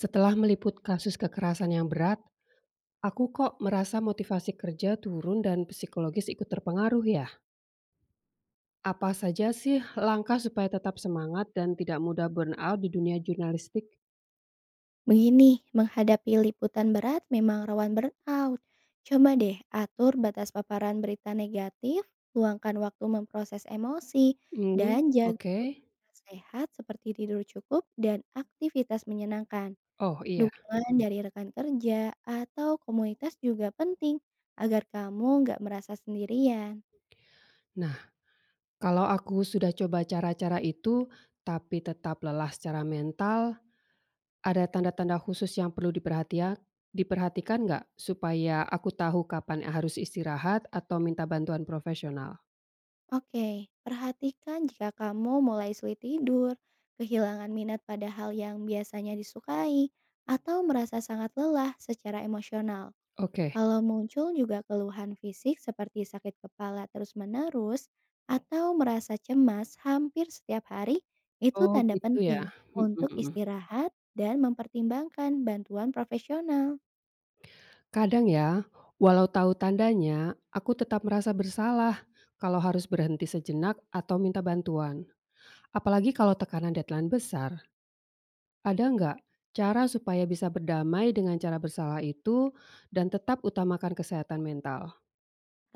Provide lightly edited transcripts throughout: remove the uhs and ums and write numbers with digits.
Setelah meliput kasus kekerasan yang berat, aku kok merasa motivasi kerja turun dan psikologis ikut terpengaruh ya. Apa saja sih langkah supaya tetap semangat dan tidak mudah burnout di dunia jurnalistik? Begini, menghadapi liputan berat memang rawan burnout. Coba deh atur batas paparan berita negatif, luangkan waktu memproses emosi, dan Hmm, jaga oke. rutinitas sehat seperti tidur cukup dan aktivitas menyenangkan. Oh, iya. Dukungan dari rekan kerja atau komunitas juga penting agar kamu nggak merasa sendirian. Nah, kalau aku sudah coba cara-cara itu, tapi tetap lelah secara mental, ada tanda-tanda khusus yang perlu diperhatikan nggak? Supaya aku tahu kapan harus istirahat atau minta bantuan profesional. Oke, perhatikan jika kamu mulai sulit tidur, kehilangan minat pada hal yang biasanya disukai, atau merasa sangat lelah secara emosional. Oke. Kalau muncul juga keluhan fisik seperti sakit kepala terus-menerus atau merasa cemas hampir setiap hari, itu Oh tanda gitu ya? penting Mhm untuk mhm. istirahat dan mempertimbangkan bantuan profesional. Kadang ya, walau tahu tandanya, aku tetap merasa bersalah kalau harus berhenti sejenak atau minta bantuan. Apalagi kalau tekanan deadline besar. Ada nggak cara supaya bisa berdamai dengan cara bersalah itu dan tetap utamakan kesehatan mental?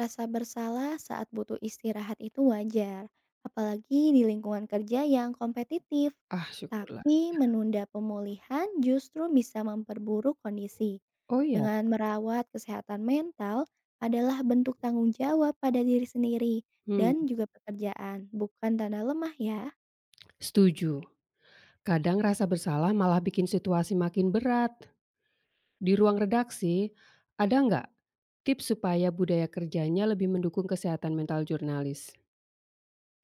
Rasa bersalah saat butuh istirahat itu wajar, apalagi di lingkungan kerja yang kompetitif. Ah, syukurlah. Tapi menunda pemulihan justru bisa memperburuk kondisi. Oh ya? Dengan merawat kesehatan mental adalah bentuk tanggung jawab pada diri sendiri Hmm, dan juga pekerjaan, bukan tanda lemah ya. setuju. Kadang rasa bersalah malah bikin situasi makin berat. Di ruang redaksi, ada nggak tips supaya budaya kerjanya lebih mendukung kesehatan mental jurnalis?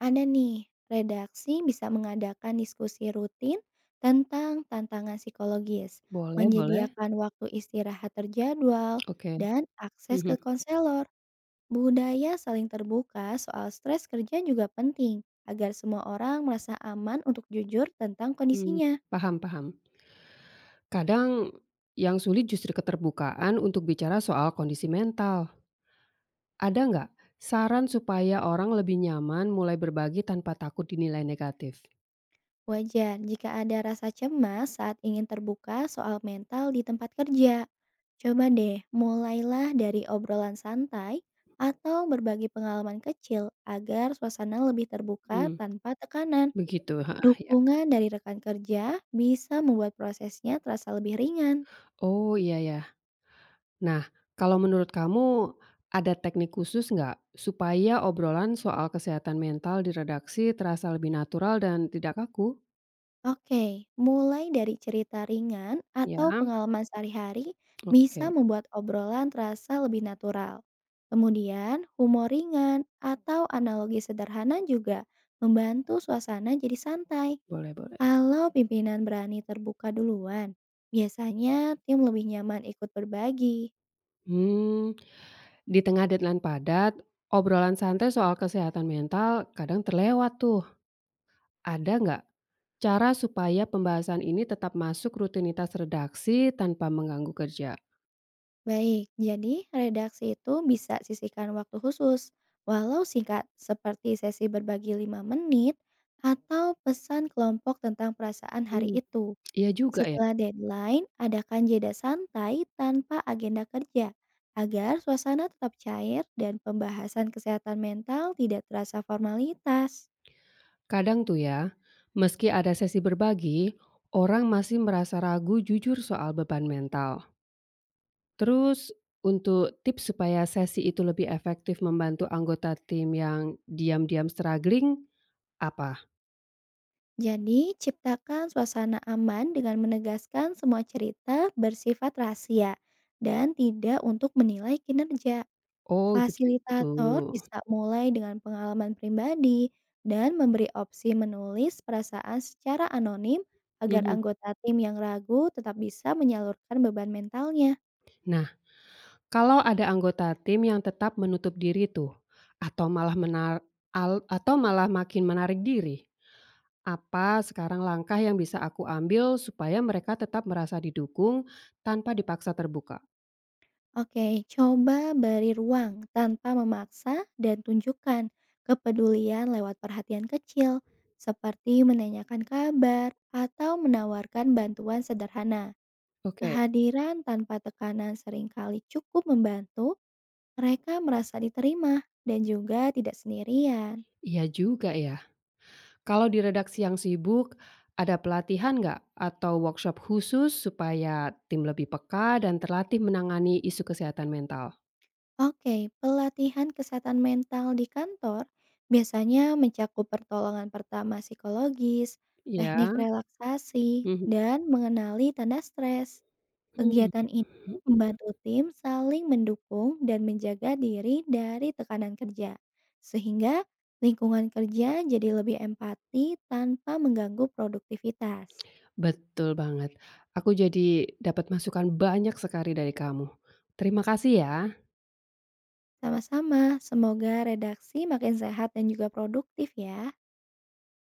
Ada nih, redaksi bisa mengadakan diskusi rutin tentang tantangan psikologis, Boleh boleh. menyediakan waktu istirahat terjadwal, Oke. dan akses ke Mhm, konselor. Budaya saling terbuka soal stres kerja juga penting agar semua orang merasa aman untuk jujur tentang mmm, kondisinya. paham paham. Kadang yang sulit justru keterbukaan untuk bicara soal kondisi mental. Ada nggak saran supaya orang lebih nyaman mulai berbagi tanpa takut dinilai negatif? Wajar jika ada rasa cemas saat ingin terbuka soal mental di tempat kerja. Coba deh, mulailah dari obrolan santai atau berbagi pengalaman kecil agar suasana lebih terbuka Mmm, tanpa tekanan. begitu, heeh, ya. Dukungan dari rekan kerja bisa membuat prosesnya terasa lebih ringan. Oh, iya ya. Nah, kalau menurut kamu ada teknik khusus nggak supaya obrolan soal kesehatan mental di redaksi terasa lebih natural dan tidak kaku? Oke, mulai dari cerita ringan Ya, atau pengalaman sehari-hari bisa oke, membuat obrolan terasa lebih natural. Kemudian, humor ringan atau analogi sederhana juga membantu suasana jadi santai. boleh boleh. Kalau pimpinan berani terbuka duluan, biasanya tim lebih nyaman ikut berbagi. Hmm, di tengah deadline padat, obrolan santai soal kesehatan mental kadang terlewat tuh. Ada nggak cara supaya pembahasan ini tetap masuk rutinitas redaksi tanpa mengganggu kerja? Baik, jadi redaksi itu bisa sisihkan waktu khusus, walau singkat seperti sesi berbagi 5 menit atau pesan kelompok tentang perasaan hari Hmm, itu. iya juga ya. Setelah deadline, adakan jeda santai tanpa agenda kerja agar suasana tetap cair dan pembahasan kesehatan mental tidak terasa formalitas. Kadang tuh ya, meski ada sesi berbagi, orang masih merasa ragu jujur soal beban mental. Terus, untuk tips supaya sesi itu lebih efektif membantu anggota tim yang diam-diam struggling, apa? Jadi, ciptakan suasana aman dengan menegaskan semua cerita bersifat rahasia dan tidak untuk menilai kinerja. Oh, begitu. Fasilitator bisa mulai dengan pengalaman pribadi dan memberi opsi menulis perasaan secara anonim agar Mhm. anggota tim yang ragu tetap bisa menyalurkan beban mentalnya. Nah, kalau ada anggota tim yang tetap menutup diri tuh, atau atau malah makin menarik diri, apa sekarang langkah yang bisa aku ambil supaya mereka tetap merasa didukung tanpa dipaksa terbuka? Oke, coba beri ruang tanpa memaksa dan tunjukkan kepedulian lewat perhatian kecil, seperti menanyakan kabar atau menawarkan bantuan sederhana. Oke, Kehadiran tanpa tekanan seringkali cukup membantu mereka merasa diterima dan juga tidak sendirian. iya juga ya. Kalau di redaksi yang sibuk, ada pelatihan nggak atau workshop khusus supaya tim lebih peka dan terlatih menangani isu kesehatan mental? Oke, pelatihan kesehatan mental di kantor biasanya mencakup pertolongan pertama psikologis, Ya, teknik relaksasi, mhm. dan mengenali tanda stres. Mhm. Kegiatan ini membantu tim saling mendukung dan menjaga diri dari tekanan kerja, sehingga lingkungan kerja jadi lebih empati tanpa mengganggu produktivitas. Betul banget. Aku jadi dapat masukan banyak sekali dari kamu. Terima kasih ya. Sama-sama, semoga redaksi makin sehat dan juga produktif ya.